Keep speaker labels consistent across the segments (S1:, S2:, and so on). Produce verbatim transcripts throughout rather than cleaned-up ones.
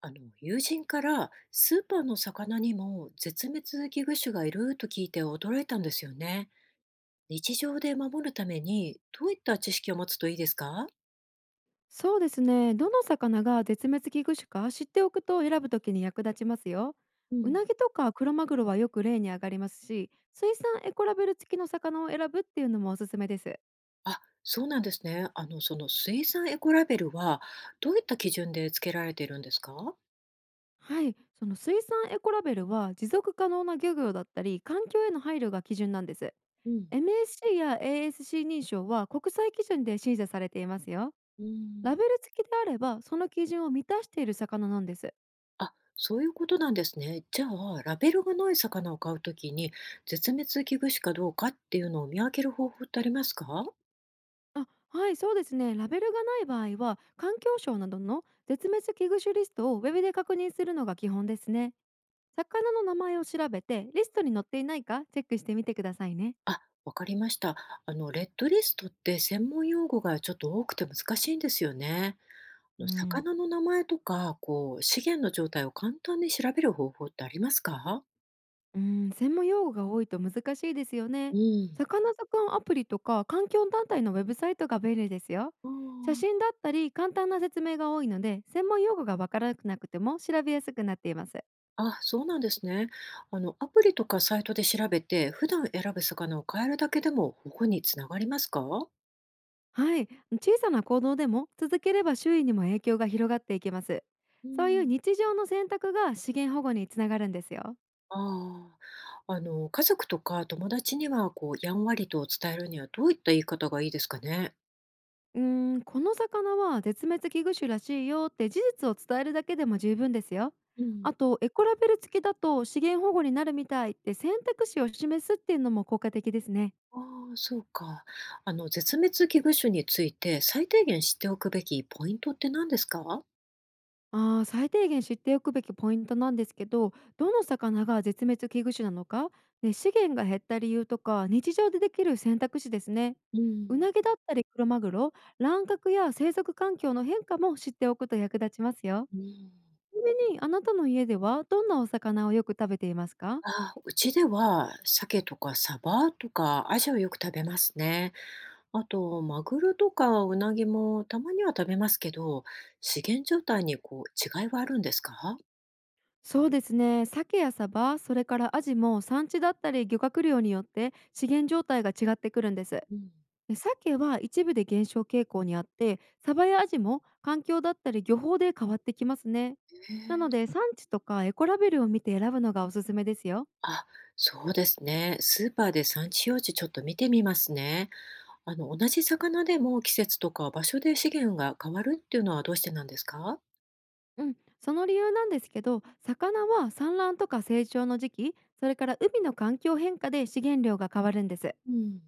S1: あの友人からスーパーの魚にも絶滅危惧種がいると聞いて驚いたんですよね。日常で守るためにどういった知識を持つといいですか？
S2: そうですね。どの魚が絶滅危惧種か知っておくと選ぶときに役立ちますよ。
S1: う
S2: う
S1: ん。
S2: なぎとかクロマグロはよく例に上がりますし、水産エコラベル付きの魚を選ぶっていうのもおすすめです。
S1: あ、そうなんですね。あの、その水産エコラベルはどういった基準で付けられているんですか？
S2: はい、その水産エコラベルは持続可能な漁業だったり環境への配慮が基準なんです。
S1: うん。
S2: エムエスシー や エーエスシー 認証は国際基準で審査されていますよ。
S1: う
S2: ラ
S1: ん。
S2: ベル付きであればその基準を満たしている魚なんです。
S1: あ、そういうことなんですね。じゃあ、ラベルがない魚を買うときに絶滅危惧種かどうかっていうのを見分ける方法ってありますか？
S2: あはい、そうですね。ラベルがない場合は、環境省などの絶滅危惧種リストをウェブで確認するのが基本ですね。魚の名前を調べて、リストに載っていないかチェックしてみてくださいね。
S1: あ、わかりました。あの、レッドリストって専門用語がちょっと多くて難しいんですよね。あの
S2: うん。
S1: 魚の名前とか、こう、資源の状態を簡単に調べる方法ってありますか？
S2: うん、専門用語が多いと難しいですよ
S1: う
S2: ね。
S1: ん。
S2: 魚図鑑アプリとか環境団体のウェブサイトが便利ですよ。
S1: あ
S2: 写
S1: ー。
S2: 真だったり簡単な説明が多いので、専門用語がわからなくても調べやすくなっています。
S1: あ、そうなんですね。あの、アプリとかサイトで調べて、普段選ぶ魚を変えるだけでも保護につながりますか？
S2: はい、小さな行動でも続ければ周囲にも影響が広がっていきます。
S1: う
S2: そういう
S1: ん。
S2: 日常の選択が資源保護につながるんですよ。
S1: ああ、あの、家族とか友達には、こう、やんわりと伝えるにはどういった言い方がいいですかね？
S2: うーん、この魚は絶滅危惧種らしいよって事実を伝えるだけでも十分ですよ。
S1: うん。
S2: あとエコラベル付きだと資源保護になるみたいって選択肢を示すっていうのも効果的ですね。
S1: ああ、そうか。あの、絶滅危惧種について最低限知っておくべきポイントって何ですか？
S2: ああ、最低限知っておくべきポイントなんですけど、どの魚が絶滅危惧種なのか、ね、資源が減った理由とか、日常でできる選択肢ですね。
S1: う
S2: う
S1: ん。
S2: なぎだったりクロマグロ、乱獲や生息環境の変化も知っておくと役立ちますよ。
S1: うん。
S2: ちなみに、あなたの家ではどんなお魚をよく食べていますか？
S1: ああ、うちでは鮭とかサバとかアジをよく食べますね。あと、マグロとかウナギもたまには食べますけど、資源状態にこう違いはあるんですか？
S2: そうですね、鮭やサバ、それからアジも産地だったり漁獲量によって資源状態が違ってくるんです。
S1: うん。
S2: で鮭は一部で減少傾向にあって、サバやアジも環境だったり漁法で変わってきますね。
S1: へ
S2: なの
S1: え。
S2: で産地とかエコラベルを見て選ぶのがおすすめですよ。
S1: あ、そうですね。スーパーで産地表示ちょっと見てみますね。あの、同じ魚でも季節とか場所で資源が変わるっていうのはどうしてなんですか？
S2: うん、その理由なんですけど、魚は産卵とか成長の時期、それから海の環境変化で資源量が変わるんです。例
S1: うん。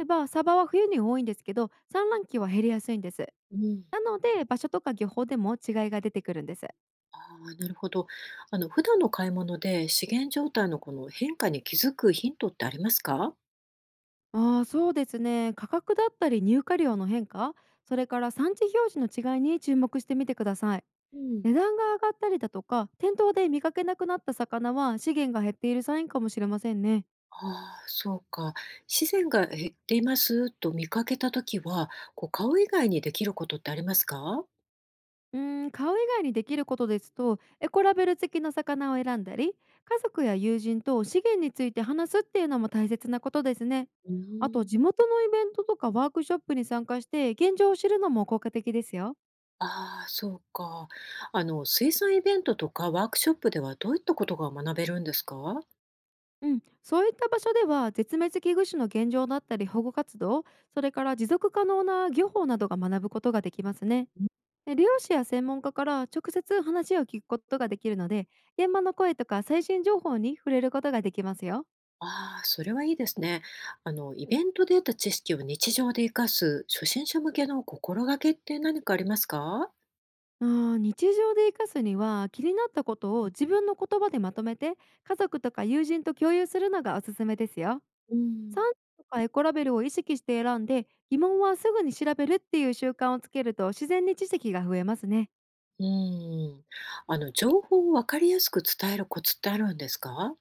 S2: えばサバは冬に多いんですけど、産卵期は減りやすいんです。
S1: うん。
S2: なので場所とか漁法でも違いが出てくるんです。
S1: ああなるほど。あの、普段の買い物で資源状態のこの変化に気づくヒントってありますか？
S2: ああ、そうですね。価格だったり入荷量の変化、それから産地表示の違いに注目してみてください。
S1: うん。
S2: 値段が上がったりだとか、店頭で見かけなくなった魚は資源が減っているサインかもしれませんね。
S1: ああそうか。資源が減っていますと見かけたときは、こう、買う以外にできることってありますか？
S2: うーん、買う以外にできることですと、エコラベル付きの魚を選んだり、家族や友人と資源について話すっていうのも大切なことですね。
S1: う
S2: あと、
S1: ん。
S2: 地元のイベントとかワークショップに参加して現状を知るのも効果的ですよ。
S1: ああそうか。あの、水産イベントとかワークショップではどういったことが学べるんですか？
S2: うん、そういった場所では絶滅危惧種の現状だったり保護活動、それから持続可能な漁法などが学ぶことができますね。で漁師や専門家から直接話を聞くことができるので、現場の声とか最新情報に触れることができますよ。
S1: ああ、それはいいですね。あの、イベントで得た知識を日常で活かす初心者向けの心がけって何かありますか？
S2: あー日常で生かすには、気になったことを自分の言葉でまとめて家族とか友人と共有するのがおすすめですよ。
S1: うん。
S2: 産地とかエコラベルを意識して選んで、疑問はすぐに調べるっていう習慣をつけると自然に知識が増えますね。
S1: うん。あの、情報をわかりやすく伝えるコツってあるんですか？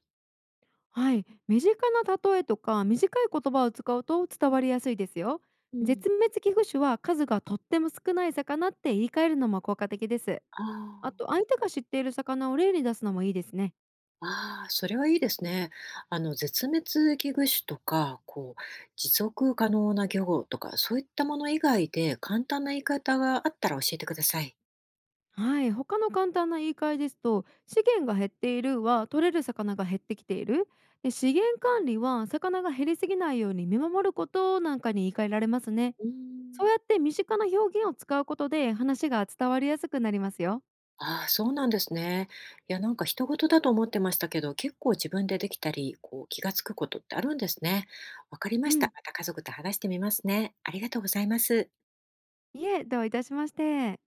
S2: はい、身近な例えとか短い言葉を使うと伝わりやすいですよ。
S1: うん。
S2: 絶滅危惧種は数がとっても少ない魚って言い換えるのも効果的です。
S1: あ
S2: あと
S1: ー。
S2: 相手が知っている魚を例に出すのもいいですね。
S1: ああそれはいいですね。あの、絶滅危惧種とか、こう、持続可能な漁業とか、そういったもの以外で簡単な言い方があったら教えてください。
S2: はい、他の簡単な言い換えですと、資源が減っているは取れる魚が減ってきている、で資源管理は魚が減りすぎないように見守ることなんかに言い換えられますね。
S1: う
S2: そ
S1: ん。
S2: うやって身近な表現を使うことで話が伝わりやすくなりますよ。
S1: ああ、そうなんですね。いや、なんか人事だと思ってましたけど、結構自分でできたり、こう気がつくことってあるんですね。わかり
S2: う
S1: ました。
S2: ん。
S1: また家族と話してみますね。ありがとうございます。
S2: いえ、どういたしまして。